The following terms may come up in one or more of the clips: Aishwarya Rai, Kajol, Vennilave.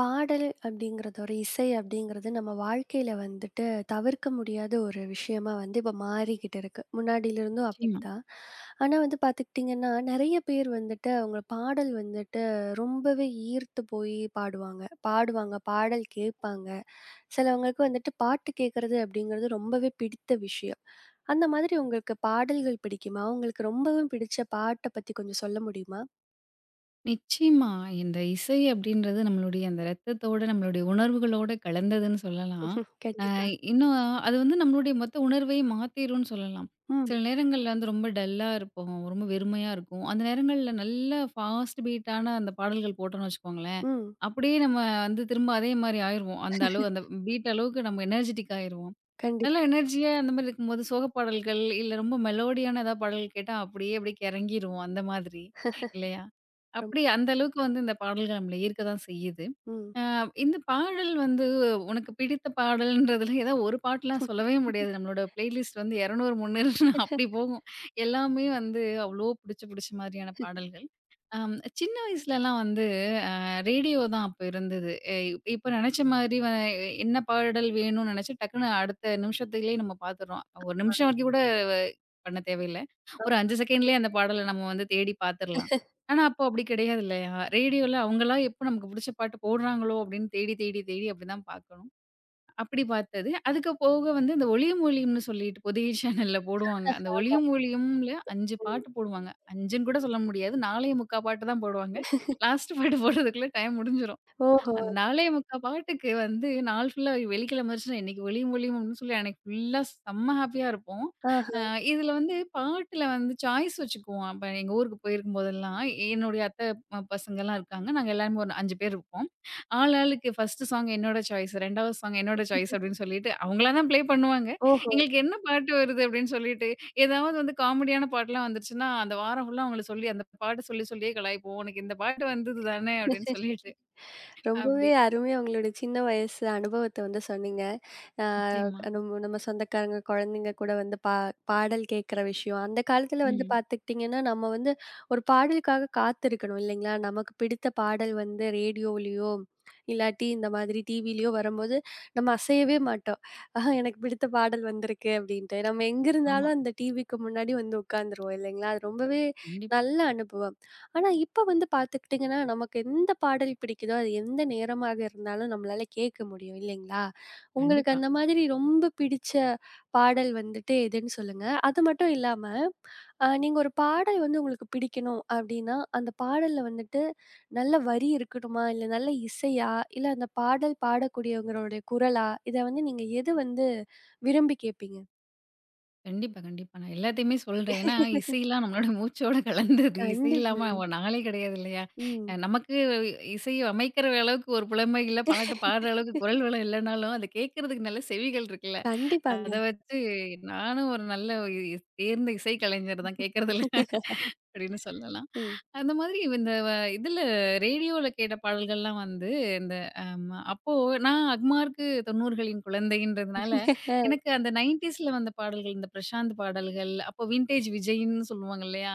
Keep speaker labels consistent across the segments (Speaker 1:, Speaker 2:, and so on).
Speaker 1: பாடல் அப்படிங்கிறது, ஒரு இசை அப்படிங்கிறது நம்ம வாழ்க்கையில வந்துட்டு தவிர்க்க முடியாத ஒரு விஷயமா வந்து இப்போ மாறிக்கிட்டு இருக்கு. முன்னாடியிலிருந்தும்
Speaker 2: நிச்சயமா,
Speaker 1: அப்படித்தான். ஆனா வந்து பார்த்துக்கிட்டிங்கன்னா, நெறைய பேர் வந்துட்டு அவங்க பாடல் வந்துட்டு ரொம்பவே ஈர்த்து போய் பாடுவாங்க. பாடுவாங்க, பாடல் கேட்பாங்க. சிலவங்களுக்கு வந்துட்டு பாட்டு கேட்கறது அப்படிங்கிறது ரொம்பவே பிடித்த விஷயம். அந்த மாதிரி உங்களுக்கு பாடல்கள் பிடிக்குமா? உங்களுக்கு ரொம்பவும் பிடிச்ச பாட்ட பத்தி கொஞ்சம் சொல்ல முடியுமா?
Speaker 2: நிச்சயமா. இந்த இசை அப்படின்றது நம்மளுடைய அந்த ரத்தத்தோட, நம்மளுடைய உணர்வுகளோட கலந்ததுன்னு சொல்லலாம். அ
Speaker 1: கண்டிப்பா.
Speaker 2: இன்னும் அது வந்து நம்மளுடைய மொத்த உணர்வையும் மாத்திரும்னு சொல்லலாம்.
Speaker 1: ம்,
Speaker 2: சில நேரங்கள்ல வந்து ரொம்ப டல்லா இருப்போம். ரொம்ப வெறுமையா இருக்கும். அந்த நேரங்கள்ல நல்ல ஃபாஸ்ட் பீட்டான அந்த பாடல்கள் போட்டோம்னு வச்சுக்கோங்களேன்,
Speaker 1: ம்.
Speaker 2: அப்படியே நம்ம வந்து திரும்ப அதே மாரி ஆயிருவோம். அந்த அளவு அந்த பீட் அளவுக்கு நம்ம எனர்ஜிட்டிக் ஆயிருவோம். நல்லா
Speaker 1: கண்டிப்பா.
Speaker 2: எனர்ஜியா அந்த மாரி இருக்கும்போது சோக பாடல்கள், இல்ல ரொம்ப மெலோடியான ஏதாவது பாடல் கேட்டா அப்படியே அப்படியே கெறங்கிருவோம் அந்த மாதிரி இல்லையா?
Speaker 1: ரொம்
Speaker 2: அப்படி அந்த அளவுக்கு வந்து இந்த பாடல்கள் நம்மள ஈர்க்க தான் செய்யுது.
Speaker 1: ம்.
Speaker 2: அ இந்த பாடல் வந்து உனக்கு பிடித்த பாடல்ன்றதுல ஏதாவது ஒரு பாட்டுலாம் சொல்லவே முடியாது. நம்மளோட பிளேலிஸ்ட் வந்து 200, 300 அப்படி போகும். எல்லாமே வந்து அவ்ளோ புடிச்ச புடிச்ச மாதிரியான பாடல்கள். சின்ன வயசுலலாம் வந்து ரேடியோ தான் அப்ப இருந்தது. இப்ப நெனச்ச மாதிரி என்ன பாடல் வேணும்னு நெனச்சா டக்குன்னு அடுத்த நிமிஷத்துலயே நம்ம பாத்துர்றோம். 1 நிமிஷம் வரைக்கும் கூட அஹ், பண்ண தேவையில்ல. ஒரு 5 செகண்ட்லயே அந்த பாடல நம்ம வந்து தேடி பாத்துரலாம். ஆனா, அப்போ அப்படி கிடையாது இல்லையா? ரேடியோல அவங்களா எப்போ நமக்கு புடிச்ச பாட்டு போடுறாங்களோ அப்படின்னு தேடி, தேடி, தேடி அப்படிதான் பாக்கணும். அப்படி பார்த்தது. அதுக்கு போக வந்து இந்த ஒளியும் ஒலியும்னு சொல்லிட்டு புதிய சேனல்ல போடுவாங்க. அந்த
Speaker 1: ஆமாங்க.
Speaker 2: ஒளியும் ஒலியும்ல 5 பாட்டு போடுவாங்க. 5ன்னு கூட சொல்ல முடியாது. 4 1/4 பாட்டு தான் போடுவாங்க. லாஸ்ட் பாட்டு போடுறதுக்குள்ள டைம் முடிஞ்சிரும்.
Speaker 1: ஓஹோ!
Speaker 2: அந்த 4 1/4 பாட்டுக்கு வந்து நாள் ஃபுல்லா வெள்ளிக்கிழமை வந்துருச்சுன்னா, இன்னைக்கு ஒலியும் ஒலியும் அப்படின்னு சொல்லி அன்னைக்கு ஃபுல்லா செம்ம ஹாப்பியா இருப்போம்.
Speaker 1: ஆஹா.
Speaker 2: அ இதுல வந்து பாட்டுல வந்து சாய்ஸ் வச்சுக்குவோம். அப்ப எங்க ஊருக்கு போயிருக்கும் போதெல்லாம், என்னுடைய அத்தை பசங்கலாம் இருக்காங்க. நாங்க எல்லாருமே ஒரு 5 பேர் இருப்போம். ஆள் ஆளுக்கு ஃபர்ஸ்ட் சாங் என்னோட சாய்ஸ், 2வது சாங் என்னோட சாய்ஸ் அப்படின்னு சொல்லிட்டு அவங்களா தான் ப்ளே பண்ணுவாங்க.
Speaker 1: ஓஹோ!
Speaker 2: எங்களுக்கு என்ன பாட்டு வருது அப்படின்னு சொல்லிட்டு, ஏதாவது வந்து காமெடியான பாட்டுலாம் வந்துருச்சுன்னா, அந்த வாரம் ஃபுல்லா அவங்கள சொல்லி அந்த பாட்ட சொல்லி சொல்லியே கலாய்ப்போம். உனக்கு இந்த பாட்டு வந்தது தானே அப்படின்னு சொல்லிட்டு,
Speaker 1: ரொம்பவே
Speaker 2: அப்படி.
Speaker 1: அருமையா உங்களோட சின்ன வயசு அனுபவத்த வந்து சொன்னீங்க. ஆ
Speaker 2: நிச்சயமா.
Speaker 1: நம்ம நம்ம சொந்தக்காரங்க, குழந்தைங்க கூட வந்து பாடல் கேட்குற விஷயம். அந்த காலத்தில வந்து
Speaker 2: ம்.
Speaker 1: பார்த்துக்கிட்டிங்கன்னா, நம்ம வந்து ஒரு பாடலுக்காக காத்திருக்கணும் இல்லைங்களா? நமக்கு பிடித்த பாடல் வந்து ரேடியோவிலயோ, இல்லாட்டி இந்த மாதிரி டிவிலயோ வரும்போது, நம்ம அசையவே மாட்டோம். ஆஹா எனக்கு பிடித்த பாடல் வந்திருக்கு அப்படின்ட்டு. நம்ம எங்க
Speaker 2: ஆமா.
Speaker 1: இருந்தாலும் அந்த டிவிக்கு முன்னாடி வந்து உட்காந்துருவோம் இல்லைங்களா? அது ரொம்பவே
Speaker 2: கண்டிப்பா,
Speaker 1: நல்ல அனுபவம். ஆனா இப்ப வந்து பார்த்துக்கிட்டிங்கன்னா, நமக்கு எந்த பாடல் பிடிக்குதோ, அது எந்த நேரமாக இருந்தாலும் நம்மளால கேட்க முடியும் இல்லைங்களா? உங்களுக்கு
Speaker 2: கண்டிப்பா,
Speaker 1: அந்த மாதிரி ரொம்ப பிடிச்ச பாடல் வந்துட்டு எதுன்னு சொல்லுங்க. அது மட்டும் இல்லாம, நீங்க ஒரு பாடல் வந்து உங்களுக்கு பிடிக்கணும் அப்டின்னா, அந்த பாடல்ல வந்துட்டு நல்ல வரி இருக்கணுமா? இல்ல நல்ல இசையா? இல்ல அந்த பாடல் பாடக்கூடியவங்களுடைய குரலா? இத வந்து நீங்க எது வந்து விரும்பி கேட்பீங்க?
Speaker 2: கண்டிப்பா, கண்டிப்பா. நான் எல்லாத்தையுமே சொல்றேன். ஏன்னா, இசைலாம் நம்மளோட மூச்சோட கலந்தது. இசை இல்லாம
Speaker 1: கண்டிப்பாங்க.
Speaker 2: ஒரு நாளே கிடையாது இல்லையா?
Speaker 1: ம்.
Speaker 2: நமக்கு இசைய அமைக்கிற அளவுக்கு ஒரு புலமை இல்ல, பாட்டு பாடுற அளவுக்கு குரல் வளம் இல்லனாலும், அத கேட்கறதுக்கு நல்ல செவிகள் இருக்குல்ல. அத
Speaker 1: கண்டிப்பாங்க.
Speaker 2: வச்சு நானும் ஒரு நல்ல இ தேர்ந்த இசை கலைஞர் தான் கேட்கறதுல அப்படின்னு சொல்லலாம்.
Speaker 1: ம்.
Speaker 2: அந்த மாதிரி இந்த வ இதுல ரேடியோல கேட்ட பாடல்கள்லாம் வந்து இந்த அம் அப்போ நான் அக்மார்க்கு 90களின் குழந்தைன்றதுனால, எனக்கு அந்த 90ஸ்ல வந்த பாடல்கள், இந்த பிரசாந்த் பாடல்கள், அப்போ வின்டேஜ் விஜய்ன்னு சொல்லுவாங்க இல்லையா?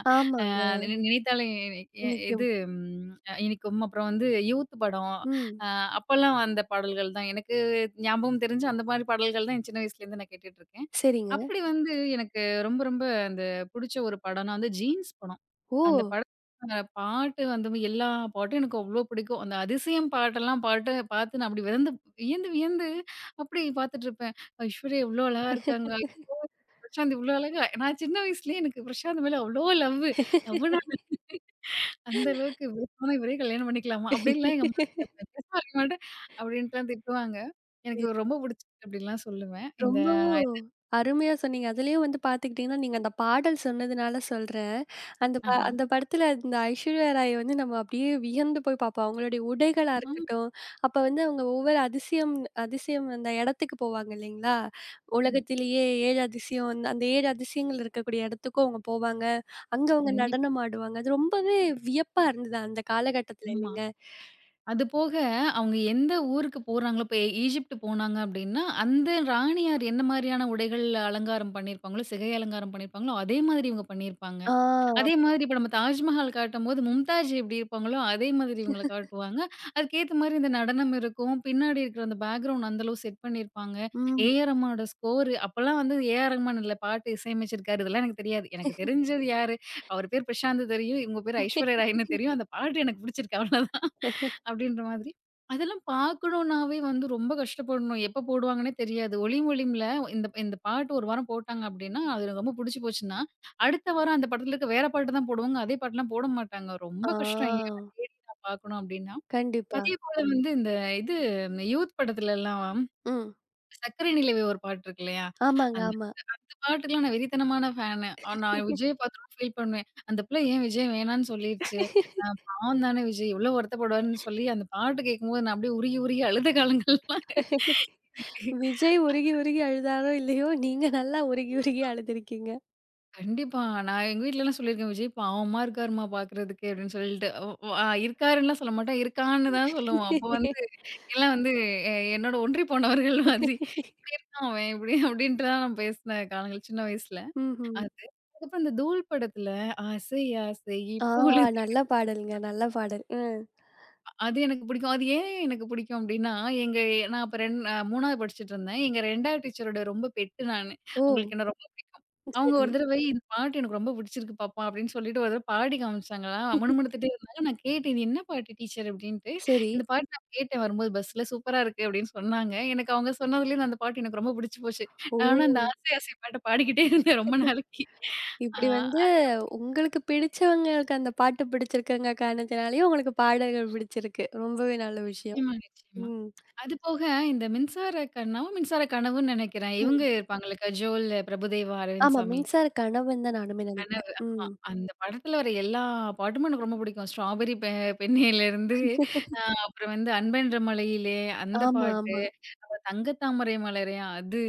Speaker 1: ஆமாங்க.
Speaker 2: நினை நினைத்தாலே எ எ-
Speaker 1: இன்னிக்கும்.
Speaker 2: இது ம் இனிக்கும். அப்புறம் வந்து யூத் படம்.
Speaker 1: ம்.
Speaker 2: அ அப்பலாம் வந்த பாடல்கள் தான். எனக்கு ஞாபகம் தெரிஞ்சு அந்த மாரி பாடல்கள் தான் என் சின்ன வயசுலேருந்து நான் கேட்டுட்டுருக்கேன்.
Speaker 1: சரிங்க.
Speaker 2: அப்படி வந்து எனக்கு ரொம்ப, ரொம்ப அந்த புடிச்ச ஒரு படம்னா வந்து ஜீன்ஸ் படம்.
Speaker 1: ஓ!
Speaker 2: அந்த படத்தோட பாட்டு வந்து எல்லா பாட்டும் எனக்கு அவ்ளோ பிடிக்கும். அந்த அதிசயம் பாட்டெல்லாம் பாட்டு பார்த்து நான் அப்படி வியந்து வியந்து வியந்து அப்படி பார்த்துட்டுருப்பேன். ஐஸ்வர்யா இவ்ளோ அழகா இருக்காங்க. பிரசாந்த் இவ்ளோ அழகா நான் சின்ன வயசுலயே எனக்கு பிரசாந்த் மேல அவ்ளோ லவ்வு. லவ்வுனா அந்த அளவுக்கு விருப்பம்னா இவரே கல்யாணம் பண்ணிக்கலாமா? அப்படின்லாம் எங்க அம்மாட்ட கேட்பேன். பேசவே மாட்டேன் அப்படின்ட்டுலாம் திட்டுவாங்க. எனக்கு இவர ரொம்ப புடிச்சிருக்கு அப்படின்லாம் சொல்லுவேன். இந்த
Speaker 1: ரொம்ப அருமையா சொன்னீங்க. அதுலயும் வந்து பார்த்துக்கிட்டீங்கன்னா, நீங்க அந்த பாடல் சொன்னதுனால சொல்றேன்.
Speaker 2: ஆஹா.
Speaker 1: அந்த படத்துல இந்த ஐஸ்வர்யா ராய் வந்து நம்ம அப்படியே வியந்து போய் பார்ப்போம். அவங்களுடைய உடைகளா
Speaker 2: ஆமா.
Speaker 1: இருக்கட்டும், அப்ப வந்து அவங்க ஒவ்வொரு அதிசயம் அதிசயம் அந்த இடத்துக்கு போவாங்க இல்லைங்களா?
Speaker 2: ஆமா,
Speaker 1: உலகத்திலேயே 7 அதிசயம் அந்த அந்த 7 அதிசயங்கள் இருக்கக்கூடிய இடத்துக்கும் அவங்க போவாங்க. அங்க அவங்க
Speaker 2: கண்டிப்பா.
Speaker 1: நடனம் ஆடுவாங்க. அது ரொம்பவே வியப்பா இருந்தது அந்த காலகட்டத்துல
Speaker 2: ஆமா.
Speaker 1: இல்லைங்க?
Speaker 2: அது போக, அவங்க எந்த ஊருக்கு போறாங்களோ இப்ப ஈஜிப்ட் போனாங்க அப்டின்னா, அந்த ராணியார் என்ன மாரியான உடைகள் அலங்காரம் பண்ணியிருப்பாங்களோ, சிகை அலங்காரம் பண்ணியிருப்பாங்களோ, அதே மாதிரி இவங்க பண்ணியிருப்பாங்க.
Speaker 1: ஆ,
Speaker 2: அதே மாதிரி இப்ப நம்ம தாஜ்மஹால் காட்டும்போது, மும்தாஜ் எப்டி இருப்பாங்களோ, அதே மாதிரி இவங்கள காட்டுவாங்க. அதுக்கேத்த மாரி இந்த நடனம் இருக்கும். பின்னாடி இருக்கிற அந்த பேக்கிரவுண்ட் அந்த அளவு செட் பண்ணியிருப்பாங்க. ஏ
Speaker 1: ம்.
Speaker 2: ஆர் ரஹ்மானோட ஸ்கோர் அப்பலாம் வந்து ஏ ஆர் ரஹ்மான் இல்ல பாட்டு இசையமைச்சிருக்காரு. இதெல்லாம் எனக்கு தெரியாது. எனக்கு தெரிஞ்சது யாரு? அவர் பேர் பிரசாந்த் தெரியும். இவங்க பேர் ஐஸ்வர்யா ராய்ன்னு தெரியும். அந்த பாட்டு எனக்கு பிடிச்சிருக்கு அவ்ளோதான். அப்படின்ற மாதிரி. அதெல்லாம் பார்க்கணும்னாவே வந்து ரொம்ப கஷ்டப்படணும். எப்ப போடுவாங்கன்னே தெரியாது. ஒளியும் ஒலியும்ல இந்த இந்த பாட்டு ஒரு வாரம் போட்டாங்க அப்படின்னா, அது எனக்கு ரொம்ப புடிச்சு போச்சுன்னா, அடுத்த வாரம் அந்த படத்துல இருக்க வேற பாட்டு தான் போடுவாங்க. அதே பாட்டுலாம் போட மாட்டாங்க. ரொம்ப
Speaker 1: ஆ,
Speaker 2: கஷ்டம் எங்கேயாவது தேடி நான் பார்க்கணும் அப்படின்னா.
Speaker 1: கண்டிப்பா.
Speaker 2: அதே போல வந்து இந்த இது யூத் படத்துலலாம்
Speaker 1: ம்.
Speaker 2: "சக்கரை நிலவே" ஒரு பாட்டு இருக்கு இல்லையா?
Speaker 1: ஆமாங்க,
Speaker 2: அந்த
Speaker 1: ஆமா.
Speaker 2: பாட்டுக்கெல்லாம் நான் வெறித்தனமான ஃபேனு. நான் விஜய பார்த்து ரொம்ப ஃபீல் பண்ணுவேன். அந்த பிள்ளை ஏன் விஜய் வேணான்னு சொல்லிருச்சு? பாவம் தானே விஜய். எவ்ளோ வருத்தப்படுவார்ன்னு சொல்லி, அந்த பாட்டு கேட்கும்போது நான் அப்படியே உருகி உருகி அழுத காலங்கள்லாம் இருக்கு.
Speaker 1: விஜய் உருகி உருகி அழுதாரோ இல்லையோ, நீங்க நல்லா உருகி உருகி அழுதுருக்கீங்க.
Speaker 2: கண்டிப்பா. நான் எங்க வீட்லலாம் சொல்லியிருக்கேன், "விஜய் பாவமா இருக்காரும்மா பார்க்குறதுக்கு" அப்படின்னு சொல்லிட்டு. வ் வ இருக்காருன்னுலாம் சொல்ல மாட்டேன். இருக்கான்னு தான் சொல்லுவோம். அப்போ வந்து எல்லாம் வந்து என்னோட ஒன்றி போனவர்கள் மாதிரி. "இப்படி இருக்கான் அவன், இப்படி" அப்படின்ட்டு தான் நான் பேசின காலங்கள் சின்ன வயசுல.
Speaker 1: ம்ஹ்ம்.
Speaker 2: அது அதுக்கப்புறம் இந்த தூள் படத்துல "ஆசை ஆசை
Speaker 1: ஆ
Speaker 2: இப்பொழுது"
Speaker 1: நல்ல பாடல்ங்க. நல்ல பாடல். ம்.
Speaker 2: அது எனக்கு பிடிக்கும். அது ஏன் எனக்கு பிடிக்கும் அப்டின்னா, எங்க நான் அப்ப ரெண் அ 3வது படிச்சுட்டுருந்தேன். எங்க 2வது டீச்சரோட ரொம்ப பெட்டு நானு.
Speaker 1: ஓ!
Speaker 2: அவங்களுக்கு என்ன ரொம்ப அவங்க
Speaker 1: சரி,
Speaker 2: ஒரு தடவை "இந்த பாட்டு எனக்கு ரொம்ப பிடிச்சிருக்கு பாப்பா" அப்டின்னு சொல்லிட்டு ஒரு தடவ பாடி காமிச்சாங்களா, முணுமுணுத்துட்டே இருந்தாங்க. நான் கேட்டேன், "இது என்ன பாட்டு டீச்சர்?" அப்டின்ட்டு.
Speaker 1: சரி.
Speaker 2: "இந்த பாட்டு நான் கேட்டேன் வரும்போது பஸ்ல. சூப்பரா இருக்கு" அப்டின்னு சொன்னாங்க. எனக்கு அவங்க சொன்னதுலேருந்து அந்த பாட்டு எனக்கு ரொம்ப பிடிச்சு போச்சு.
Speaker 1: ஓ!
Speaker 2: நானும் அந்த ஆசை ஆசை பாட்ட பாடிக்கிட்டே இருந்தேன் ரொம்ப நாளைக்கு. ஆ
Speaker 1: இப்படி வந்து உங்களுக்கு பிடிச்சவங்களுக்கு அந்த பாட்டு பிடிச்சிருக்குங்க காரணத்தினாலயும் உங்களுக்கு பாடல்கள் பிடிச்சிருக்கு. ரொம்பவே நல்ல விஷயம்.
Speaker 2: நிச்சயமா, நிச்சயமா.
Speaker 1: ம்.
Speaker 2: அது போக இந்த மின்சார கண்ணா? மின்சார கனவுன்னு நெனைக்கிறேன். இவங்க
Speaker 1: ம்.
Speaker 2: இருப்பாங்கல்ல கஜோல், பிரபுதேவா,
Speaker 1: ஆமா.
Speaker 2: அரவிந்த்சாமி.
Speaker 1: மின்சார கனவுன்னு தான் நானுமே நெனைக்கிறேன்.
Speaker 2: கனவு. ஆமா.
Speaker 1: ம்.
Speaker 2: அந்த படத்துல வர எல்லா பாட்டுமே எனக்கு ரொம்ப பிடிக்கும். ஸ்ட்ராபெர்ரி பெ பெண்ணேலேருந்து அப்புறம் வந்து அன்பென்ற மழையிலே அந்த
Speaker 1: ஆமா,
Speaker 2: பாட்டு.
Speaker 1: ஆமா.
Speaker 2: தங்க தாமரை மலரேயா அது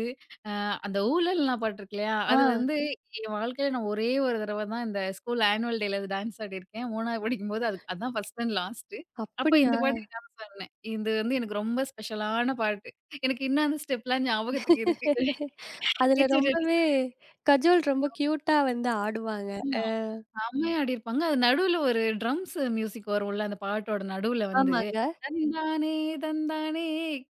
Speaker 2: அ அந்த ஊழல்னா பாட்டு இருக்கு இல்லையா?
Speaker 1: ஆ
Speaker 2: அது வந்து என் வாழ்க்கையில நான் ஒரே ஒரு தடவ தான் இந்த ஸ்கூல் ஆனுவல் டேல அது டான்ஸ் ஆடியிருக்கேன். 3வது படிக்கும்போது அது அதான் ஃபர்ஸ்ட் அண்ட் லாஸ்ட்டு. அப்ப
Speaker 1: அப்படியா?
Speaker 2: இந்த பாட்டுக்கு டான்ஸ் ஆடுனேன். இது வந்து எனக்கு ரொம்ப ஸ்பெஷலான பாட்டு. எனக்கு இன்னும் அந்த ஸ்டெப்லாம் ஞாபகத்துக்கு இருக்கு.
Speaker 1: அதுல
Speaker 2: டீச்சர்
Speaker 1: ரொம்பவே கஜோல் ரொம்ப கியூட்டா வந்து ஆடுவாங்க.
Speaker 2: செம்மையா ஆடியிருப்பாங்க. அது நடுவுல ஒரு ட்ரம்ஸ் மியூசிக் வரும்ல, அந்த பாட்டோட நடுவுல வந்து,
Speaker 1: ஆமாங்க.
Speaker 2: "தந்தானே தந்தானே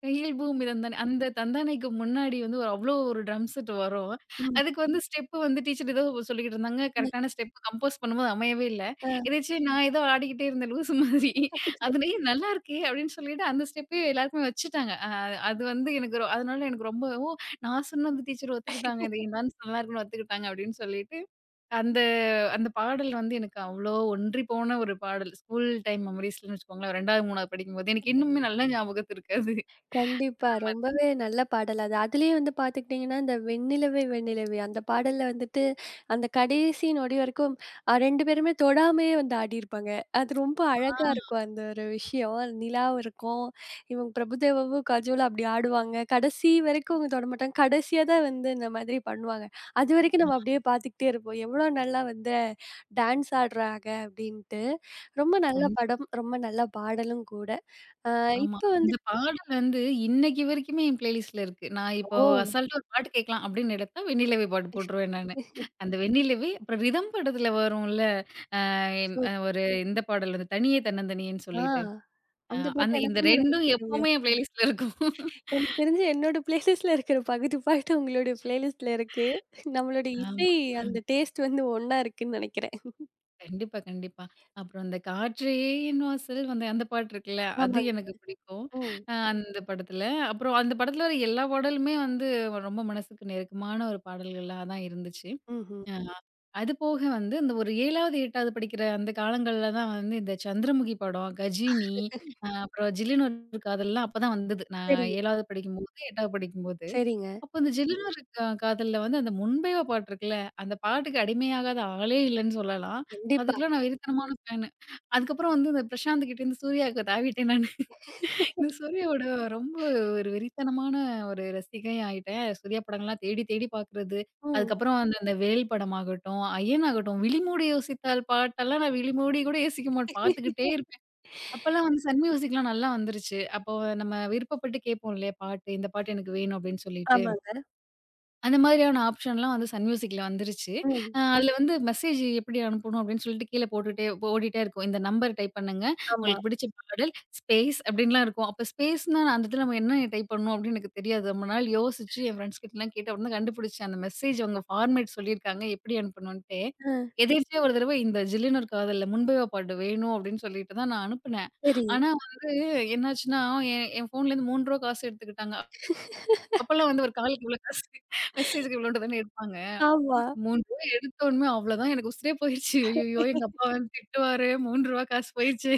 Speaker 2: கையில் பூமி தந்தானே" அந்த தந்தானேக்கு முன்னாடி வந்து ஒரு அவ்ளோ ஒரு ட்ரம் செட் வரும்.
Speaker 1: ம்.
Speaker 2: அதுக்கு வந்து ஸ்டெப் வந்து டீச்சர் ஏதோ சொல்லிக்கிட்டு இருந்தாங்க.
Speaker 1: ம்.
Speaker 2: கரெக்ட்டான ஸ்டெப் கம்போஸ் பண்ணும்போது அமையவே இல்ல.
Speaker 1: ஆ.
Speaker 2: எதேச்சு நான் ஏதோ ஆடிக்கிட்டே இருந்தேன் லூசு மாதிரி. அது "ஏய் நல்லாயிருக்கே" அப்படின்னு சொல்லிட்டு அந்த ஸ்டெப்பே எல்லாருக்குமே வச்சுட்டாங்க. அது வந்து எனக்கு அதனால எனக்கு ரொம்ப, "ஓ! நான் சொன்னது டீச்சர் ஒத்துக்கிட்டாங்க. இது என் டான்ஸ் நல்லாயிருக்குன்னு ஒத்துக்கிட்டாங்க" அப்படின்னு சொல்லிட்டு அந்த அந்த பாடல் வந்து எனக்கு அவ்ளோ ஒன்றி போன ஒரு பாடல். ஸ்கூல் டைம் மெமரீஸ்ன்னு வச்சுக்கோங்களேன். 2வது, 3வது படிக்கும்போது எனக்கு இன்னுமே நல்லா ஞாபகத்திற்கு அது.
Speaker 1: கண்டிப்பா. ரொம்பவே நல்ல பாடல் அது. அதுலயும் வந்து பார்த்துக்கிட்டீங்கன்னா, இந்த "வெண்ணிலவே வெண்ணிலவே" அந்த பாடல்ல வந்துட்டு, அந்த கடைசி நொடி வரைக்கும் 2 பேருமே தொடாமயே வந்து ஆடியிருப்பாங்க. அது ரொம்ப அழகா
Speaker 2: ஆ.
Speaker 1: இருக்கும் அந்த ஒரு விஷயம். நிலாவும் இருக்கும். இவங்க பிரபுதேவாவும், கஜோலும் அப்படி ஆடுவாங்க. கடைசி வரைக்கும் அவங்க தொடமாட்டாங்க. கடைசியா தான் வந்து இந்த மாதிரி பண்ணுவாங்க. அதுவரைக்கும் நம்ம அப்படியே பார்த்துக்கிட்டே இருப்போம். எவ்வளோ நல்லா வந்து டான்ஸ் ஆடுறாங்க அப்படின்ட்டு. ரொம்ப நல்ல
Speaker 2: கண்டி
Speaker 1: படம். ரொம்ப நல்ல பாடலும் கூட. அ
Speaker 2: ஆமா.
Speaker 1: இப்ப வந்து
Speaker 2: அந்த பாடல் வந்து இன்னைக்கு வரைக்குமே என் பிளேலிஸ்ட்ல இருக்கு. நான் இப்போ
Speaker 1: ஓ!
Speaker 2: அசால்ட்டா ஒரு பாட்டு கேட்கலாம் அப்படின்னு எடுத்தா "வெண்ணிலவே" பாட்டு போட்டுருவேன் நானு. அந்த "வெண்ணிலவே" அப்புறம் ரிதம் படத்துல வரும்ல எம்
Speaker 1: சோ
Speaker 2: அ ஒரு இந்த பாடல் வந்து "தனியே தன்னந்தனியேன்னு"
Speaker 1: ஆ
Speaker 2: சொல்லிட்டு. அ
Speaker 1: அந்த
Speaker 2: அந்த
Speaker 1: பாட்டு
Speaker 2: இந்த
Speaker 1: எனக்குமே ரொம்ப
Speaker 2: 2ம்
Speaker 1: பிடிக்குங்க.
Speaker 2: எப்பவுமே என் பிளேலிஸ்ட்ல இருக்கும்.
Speaker 1: எனக்கு தெரிஞ்சு என்னோட பிளேலிஸ்ட்ல இருக்கிற பகுதி பாட்டு உங்களுடைய பிளேலிஸ்ட்ல இருக்கு. நம்மளோட
Speaker 2: ஆமா.
Speaker 1: இசை அந்த டேஸ்ட் வந்து ஒண்ணா இருக்குன்னு நினைக்கிறேன்.
Speaker 2: கண்டிப்பா, கண்டிப்பா. அப்புறம் அந்த "காற்றே என் வாசல்" வந்து அந்த பாட்டு இருக்குல்ல, அது
Speaker 1: ஆமாங்க.
Speaker 2: எனக்கு பிடிக்கும்.
Speaker 1: ம்.
Speaker 2: அந்த படத்துல. அப்புறம் அந்த படத்துல வர எல்லா பாடலுமே வந்து ரொம்ப மனசுக்கு நெருக்கமான ஒரு பாடல்களா தான் இருந்துச்சு.
Speaker 1: ம்ஹ்ம்.
Speaker 2: அ அது போக வந்து இந்த ஒரு 7வது, 8வது படிக்கிற அந்த காலங்கள்ல தான் வந்து இந்த சந்திரமுகி படம், கஜினி, அப்புறம் ஜில்லுனு ஒரு காதல்லாம் அப்பதான் வந்தது. நான்
Speaker 1: சரிங்க,
Speaker 2: 7வது படிக்கும்போது, 8வது படிக்கும்போது.
Speaker 1: சரிங்க.
Speaker 2: அப்ப இந்த ஜில்லுனு இரு கா காதல்ல வந்து அந்த முன்பேவா பாட்டு இருக்குல்ல, அந்த பாட்டுக்கு அடிமையாகாத ஆளே இல்லன்னு சொல்லலாம்.
Speaker 1: கண்டிப்பா.
Speaker 2: அதுக்கெல்லாம் நான் வெறித்தனமான ஃபேனு. அதுக்கப்புறம் வந்து இந்த பிரசாந்த் கிட்டேருந்து சூர்யாவுக்கு தாவிட்டேன் நானு. இந்த சூர்யாவோட ரொம்ப ஒரு வெறித்தனமான ஒரு ரசிகை ஆயிட்டேன். சூர்யா படங்கள்லாம் தேடி தேடி பார்க்குறது.
Speaker 1: ம்.
Speaker 2: அதுக்கப்புறம் அந்த அந்த வேல் படமாகட்டும், அயன் ஆகட்டும், விழிமூடி யோசித்தால் பாட்டெல்லாம் நான் விழிமூடி கூட யோசிக்க மாட்டேன். பார்த்துக்கிட்டே இருப்பேன். அப்பலாம் வந்து சன் மியூசிக்லாம் நல்லா வந்துருச்சு. அப்போ நம்ம விருப்பப்பட்டு கேட்போம் இல்லையா பாட்டு, இந்த பாட்டு எனக்கு வேணும் அப்படின்னு சொல்லிட்டு.
Speaker 1: ஆமாங்க.
Speaker 2: அந்த மாதிரியான ஆப்ஷன்லாம் வந்து சன் மியூசிக்ல வந்துருச்சு.
Speaker 1: ம்.
Speaker 2: அ ம். அதுல வந்து மெசேஜ் எப்படி அனுப்பணும் அப்படின்னு சொல்லிட்டு கீழ போட்டுட்டே ஓடிட்டே இருக்கும். இந்த நம்பர் டைப் பண்ணுங்க.
Speaker 1: ஆமா.
Speaker 2: உங்களுக்கு பிடிச்ச பாடல் ஸ்பேஸ் அப்படின்லாம் இருக்கும். அப்ப ஸ்பேஸ்னா அந்த இடத்துல நம்ம என்ன டைப் பண்ணணும் அப்படின்னு எனக்கு தெரியாது. ரொம்ப நாள் யோசிச்சு என் ஃப்ரெண்ட்ஸ் கிட்டலாம் கேட்டு அப்புறம் தான் கண்டுபிடிச்சேன். அந்த மெசேஜ் அவங்க ஃபார்மேட் சொல்லியிருக்காங்க எப்படி அனுப்பணுன்ட்டு.
Speaker 1: அ
Speaker 2: எதேர்ச்சியா ஒரு தடவ இந்த "ஜில்லுனு ஒரு காதல்ல" முன்பேவா பாட்டு வேணும் அப்படின்னு சொல்லிட்டு தான் நான் அனுப்புனேன்.
Speaker 1: சரி.
Speaker 2: ஆனா வந்து என்னாச்சுன்னா என் என் ஃபோன்லேருந்து ரூ. 3 காசு எடுத்துக்கிட்டாங்க. அப்பலாம் வந்து ஒரு காலுக்கு இவ்வளோ காசு, மெசேஜ்க்கு இவ்வளோண்டு தானே எடுப்பாங்க. ரூ.
Speaker 1: ஆமா.
Speaker 2: 3 எடுத்தோனமே அவ்வளோதான் எனக்கு உசுரே போயிருச்சு. ஐய்யய்யோ! எங்க அப்பா வந்து திட்டுவாரு. ரூ. 3 காசு போயிருச்சு.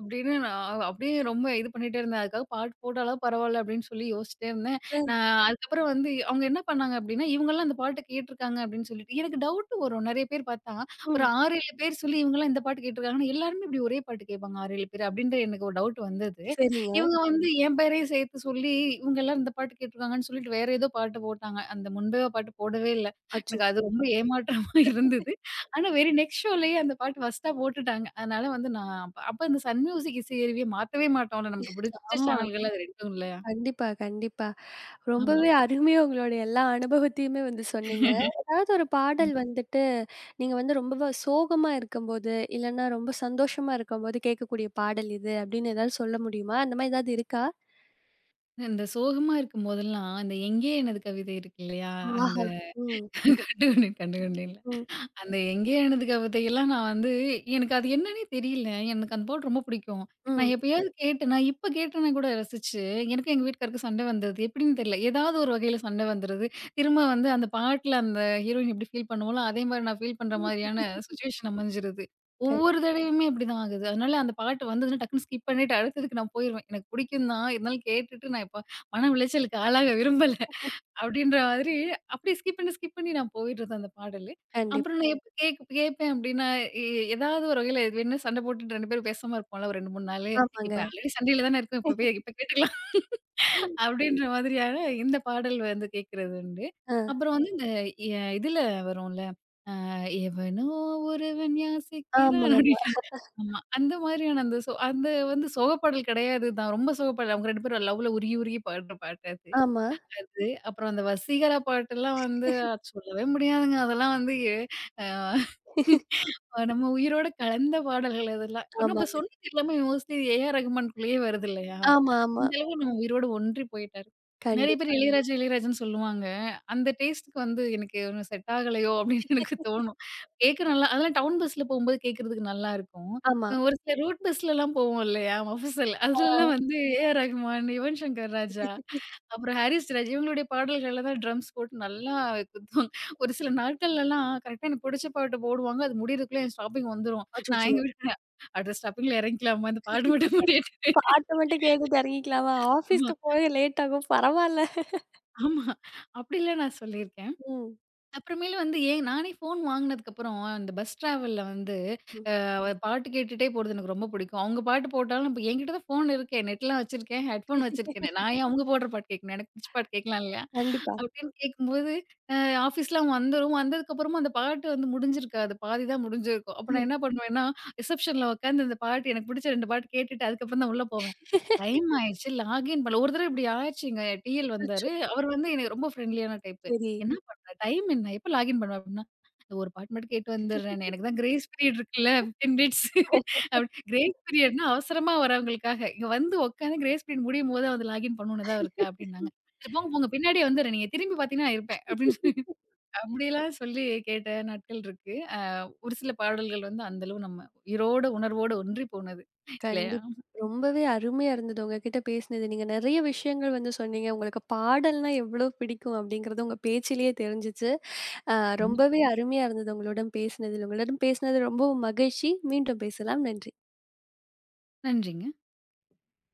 Speaker 2: அப்படின்னு நான் அப்படியே ரொம்ப இது பண்ணிட்டே இருந்தேன். அதுக்காக பாட்டு போட்டாலா பரவால்ல அப்படின்னு சொல்லி யோசிச்சுட்டே இருந்தேன்.
Speaker 1: அ.
Speaker 2: நான் அதுக்கப்புறம் வந்து அவங்க என்ன பண்ணாங்க அப்படின்னா, இவங்கலாம் அந்த பாட்ட கேட்டுருக்காங்க அப்படின்னு சொல்லிட்டு எனக்கு டவுட் வரும். நெறைய பேர் பார்த்தா ஒரு
Speaker 1: ம்.
Speaker 2: 6, 7 பேர் சொல்லி இவங்கலாம் இந்த பாட்டு கேட்டுருக்காங்கன்னா, எல்லாருமே இப்படி ஒரே பாட்டு கேட்பாங்க 6, 7 பேர் அப்படின்ற எனக்கு ஒரு டவுட் வந்தது.
Speaker 1: சரிங்க.
Speaker 2: இவங்க வந்து என் பேரையும் சேர்த்து சொல்லி இவங்க எல்லாரும் இந்த பாட்டு கேட்டுருக்காங்கன்னு சொல்லிட்டு வேற ஏதோ பாட்டு போட்டாங்க. அந்த முன்பே பாட்டு போடவே இல்ல. எனக்கு
Speaker 1: அச்சச்சோ!
Speaker 2: அது ரொம்ப ஏமாற்றமா இருந்தது. ஆனா வெரி நெக்ஸ்ட் ஷோலயே அந்த பாட்டு ஃபர்ஸ்ட்டா போட்டுட்டாங்க. அதனால வந்து நான் அப்ப அப்ப அந்த சன் மியூசிக் இசையருவிய மாத்தவே மாட்டோம்ல. நமக்கு பிடிச்ச
Speaker 1: ஆமா.
Speaker 2: சேனல்கள் அது 2 இல்லையா?
Speaker 1: கண்டிப்பா, கண்டிப்பா.
Speaker 2: ஆமா.
Speaker 1: ரொம்பவே அருமையா உங்களுடைய எல்லா அனுபவத்தையுமே வந்து சொன்னீங்க. ஏதாவது ஒரு பாடல்
Speaker 2: ஆமா.
Speaker 1: வந்துட்டு, நீங்க வந்து ரொம்ப சோகமா இருக்கும்போது, இல்லன்னா ரொம்ப சந்தோஷமா இருக்கும்போது கேட்கக்கூடிய பாடல் இது அப்படின்னு ஏதாவது சொல்ல முடியுமா? அந்த மாரி ஏதாவது இருக்கா?
Speaker 2: இந்த சோகமா இருக்கும்போதெல்லாம், இந்த "எங்கே எனது கவிதை" இருக்கு இல்லையா? அந்த
Speaker 1: ஆஹா! ம்,
Speaker 2: கண்டு கொண்டேன், கண்டு கொண்டேன்ல.
Speaker 1: ம்,
Speaker 2: அந்த எங்கேயோ எனது கவிதையெல்லாம் நான் வந்து எனக்கு அது என்னன்னே தெரியல. எனக்கு அந்த பாட்டு ரொம்ப பிடிக்கும்.
Speaker 1: ம்.
Speaker 2: நான் எப்பயாவது கேட்டேன்னா, இப்ப கேட்டேன்னா கூட ரசிச்சு, எனக்கும் எங்க வீட்டுக்காருக்கும் சண்டை வந்தது. எப்படின்னு தெரியல. ஏதாவது ஒரு வகையில சண்டை வந்துருது. திரும்ப வந்து அந்த பாட்டுல அந்த ஹீரோயின் எப்படி ஃபீல் பண்ணுவோம்ல, அதே மாரி நான் ஃபீல் பண்ற மாதிரியான சிச்சுவேஷன் அமைஞ்சிருது.
Speaker 1: கண்
Speaker 2: ஒவ்வொரு தடவையுமே அப்படிதான் ஆகுது. அதனால அந்த பாட்டு வந்ததுன்னா டக்குனு ஸ்கிப் பண்ணிட்டு அடுத்ததுக்கு நான் போயிருவேன். எனக்கு பிடிக்கும் தான். இருந்தாலும் கேட்டுட்டு நான் இப்ப மன உளைச்சலுக்கு ஆளாக விரும்பல. அப்படின்ற மாதிரி அப்படியே ஸ்கிப் பண்ணி, ஸ்கிப் பண்ணி நான் போயிடுறது அந்த பாடலு. அப்புறம்
Speaker 1: கண்டிப்பா.
Speaker 2: நான் ம். எப்ப கேட்பேன் அப்படின்னா, எ ஏதாவது ஒரு வகையில இது வேணும்னா சண்டை போட்டுட்டு 2 பேரும் பேசாம இருப்போம்ல ஒரு 2, 3 நாளு.
Speaker 1: ஆமாங்க.
Speaker 2: இப்ப ஆல்ரெடி சண்டையில தானே இருக்கோம். இப்ப போய் இப்ப கேட்டுக்கலாம் அப்படின்ற மாதிரியான இந்த பாடல் வந்து கேட்கிறது உண்டு.
Speaker 1: அ.
Speaker 2: அப்புறம் வந்து இந்த எ இதுல வரும்ல, எவனோ ஒருவன்
Speaker 1: ஆமா,
Speaker 2: யாசிக்கிறான்
Speaker 1: ஆமா,
Speaker 2: அப்படின்னு. ஆமா. அந்த மாதிரியான அந்த சோ அந்த வந்து சோக பாடல் கிடையாது தான். ரொம்ப சோக பாடல். அவங்க 2 பேரும் லவ்ல உருகி உருகி பாடுற பாட்டு அது.
Speaker 1: ஆமா.
Speaker 2: அது அப்புறம் அந்த வசீகரா பாட்டெல்லாம் வந்து அது சொல்லவே முடியாதுங்க. அதெல்லாம் வந்து எ அ நம்ம உயிரோட கலந்த பாடல்கள் அதெல்லாம். நம்ம
Speaker 1: ஆமாங்க.
Speaker 2: சொன்னது எல்லாமே மோஸ்ட்லி ஏ.ஆர். ரகுமான்குள்ளேயே வருது இல்லையா?
Speaker 1: ஆமா, ஆமா.
Speaker 2: அந்த அளவு நம்ம உயிரோடு ஒன்றி போயிட்டாரு. நெறைய பேர்
Speaker 1: கண்டிப்பா.
Speaker 2: கண்டிப்பா. இளையராஜா, இளையராஜான்னு சொல்லுவாங்க. அந்த டேஸ்ட்டுக்கு வந்து எனக்கு ஒன்னும் செட் ஆகலையோ! அப்படின்னு எனக்கு தோணும். கேட்க நல்லா அதெல்லாம் டவுன் பஸ்ல போகும்போது கேட்கறதுக்கு நல்லாருக்கும்.
Speaker 1: ஆமா.
Speaker 2: ஒரு சில ரோட் பஸ்லலாம் போவோம் இல்லையா? மஃபசல்
Speaker 1: ஆ.
Speaker 2: அதுலலாம் வந்து ஏ.ஆர். ரகுமான், யுவன் சங்கர் ராஜா அப்புறம் ஹாரிஸ் ஜெயராஜ் இவங்களுடைய பாடல்கள்ல தான் ட்ரம்ஸ் போட்டு நல்லா குத்துவாங்க. ஒரு சில நாட்கள்லலாம் கரெக்ட்டா எனக்கு புடிச்ச பாட்டு போடுவாங்க. அது முடியறதுக்குள்ள என் ஸ்டாப்பிங் வந்துரும். நான்
Speaker 1: அச்சச்சோ!
Speaker 2: எங்க வீட்ல அடுத்த ஸ்டாப்பிங்ல இறங்கிக்கலாமா? இந்த பாட்டு மட்டும் முடியட்டு.
Speaker 1: பாட்ட மட்டும் கேட்டுட்டு இறங்கிக்கலாமா?
Speaker 2: ஆமா,
Speaker 1: ஆஃபீஸ்க்கு போக லேட் ஆகும் பரவால்ல.
Speaker 2: ஆமா. அப்படிலாம் நான் சொல்லியிருக்கேன்.
Speaker 1: ம்.
Speaker 2: அப்புறமேலு வந்து ஏன் நானே ஃபோன் வாங்குனதுக்கப்புறம் இந்த பஸ் டிராவல்ல வந்து
Speaker 1: ம்.
Speaker 2: அவ பாட்டு கேட்டுட்டே போறது எனக்கு ரொம்ப பிடிக்கும். அவங்க பாட்டு போட்டாலும் இப்ப என்கிட்ட தான் ஃபோன் இருக்கே, நெட்லாம் வச்சிருக்கேன், ஹெட்ஃபோன் வச்சிருக்கேனே. நான் ஏன் அவங்க போடுற பாட்டு கேட்கணும்? எனக்கு புடிச்ச பாட்டு கேட்கலாம் இல்லையா?
Speaker 1: கண்டிப்பா.
Speaker 2: அப்படின்னு கேட்கும்போது, அ ஆஃபீஸ்ல அவன் வந்துரும். வந்ததுக்கப்புறமும் அந்த பாட்டு வந்து முடிஞ்சிருக்காது. பாதி தான் முடிஞ்சிருக்கும். அப்ப நான்
Speaker 1: ம்.
Speaker 2: என்ன பண்ணுவேன்னா, ரிசப்ஷன்ல உட்காந்து அந்த பாட்டு எனக்கு பிடிச்ச 2 பாட்டு கேட்டுட்டு அதுக்கப்புறம் தான் உள்ள போவேன். டைம் ஆயிடுச்சு. லாகின் பண்ணல. ஒரு தடவ இப்படி ஆயிடுச்சுங்க. டிஎல் வந்தாரு.
Speaker 1: அச்சச்சோ!
Speaker 2: அவர் வந்து எனக்கு ரொம்ப ஃப்ரெண்ட்லியான டைப்பு.
Speaker 1: சரி.
Speaker 2: "என்ன பண்ற? டைம் என்ன? எப்ப லாகின் பண்ணுவ?" அப்படின்னா, "இந்த ஒரு பாட்டு மட்டும் கேட்டு வந்துடுறேன். எனக்கு தான் கிரேஸ் பீரியட் இருக்குல்ல 15 மினிட்ஸ்" அப்படி கிரேஸ் பீரியட்னா அவசரமா வரவங்களுக்காக. இங்க வந்து உட்காந்து கிரேஸ் பீரியட் முடியும்போது வந்து லாகின் பண்ணணும்னு தான் இருக்கா? அப்படின்னாங்க. சரி போங்க, போங்க. பின்னாடியே வந்துர்றேன். நீங்க திரும்பி பார்த்தீங்கன்னா நான் இருப்பேன். அப்படின்னு சொல்லி அப்படிலாம் சொல்லி கேட்ட நாட்கள் இருக்கு. ஒரு சில பாடல்கள் வந்து அந்த அளவு நம்ம உயிரோட, உணர்வோட ஒன்றி போனது. இல்லையா?
Speaker 1: கண்டிப்பா. ரொம்பவே அருமையா இருந்தது உங்ககிட்ட பேசினது. நீங்க நெறைய விஷயங்கள் வந்து சொன்னீங்க. உங்களுக்கு பாடல்னா எவ்ளோ பிடிக்கும் அப்படிங்கிறது உங்க பேச்சிலேயே தெரிஞ்சுச்சு. அ
Speaker 2: கண்டிப்பா.
Speaker 1: ரொம்பவே அருமையா இருந்தது உங்களுடன் பேசினதில். உங்களுடன் பேசினது ரொம்பவும் மகிழ்ச்சி. மீண்டும் பேசலாம். நன்றி.
Speaker 2: நன்றிங்க.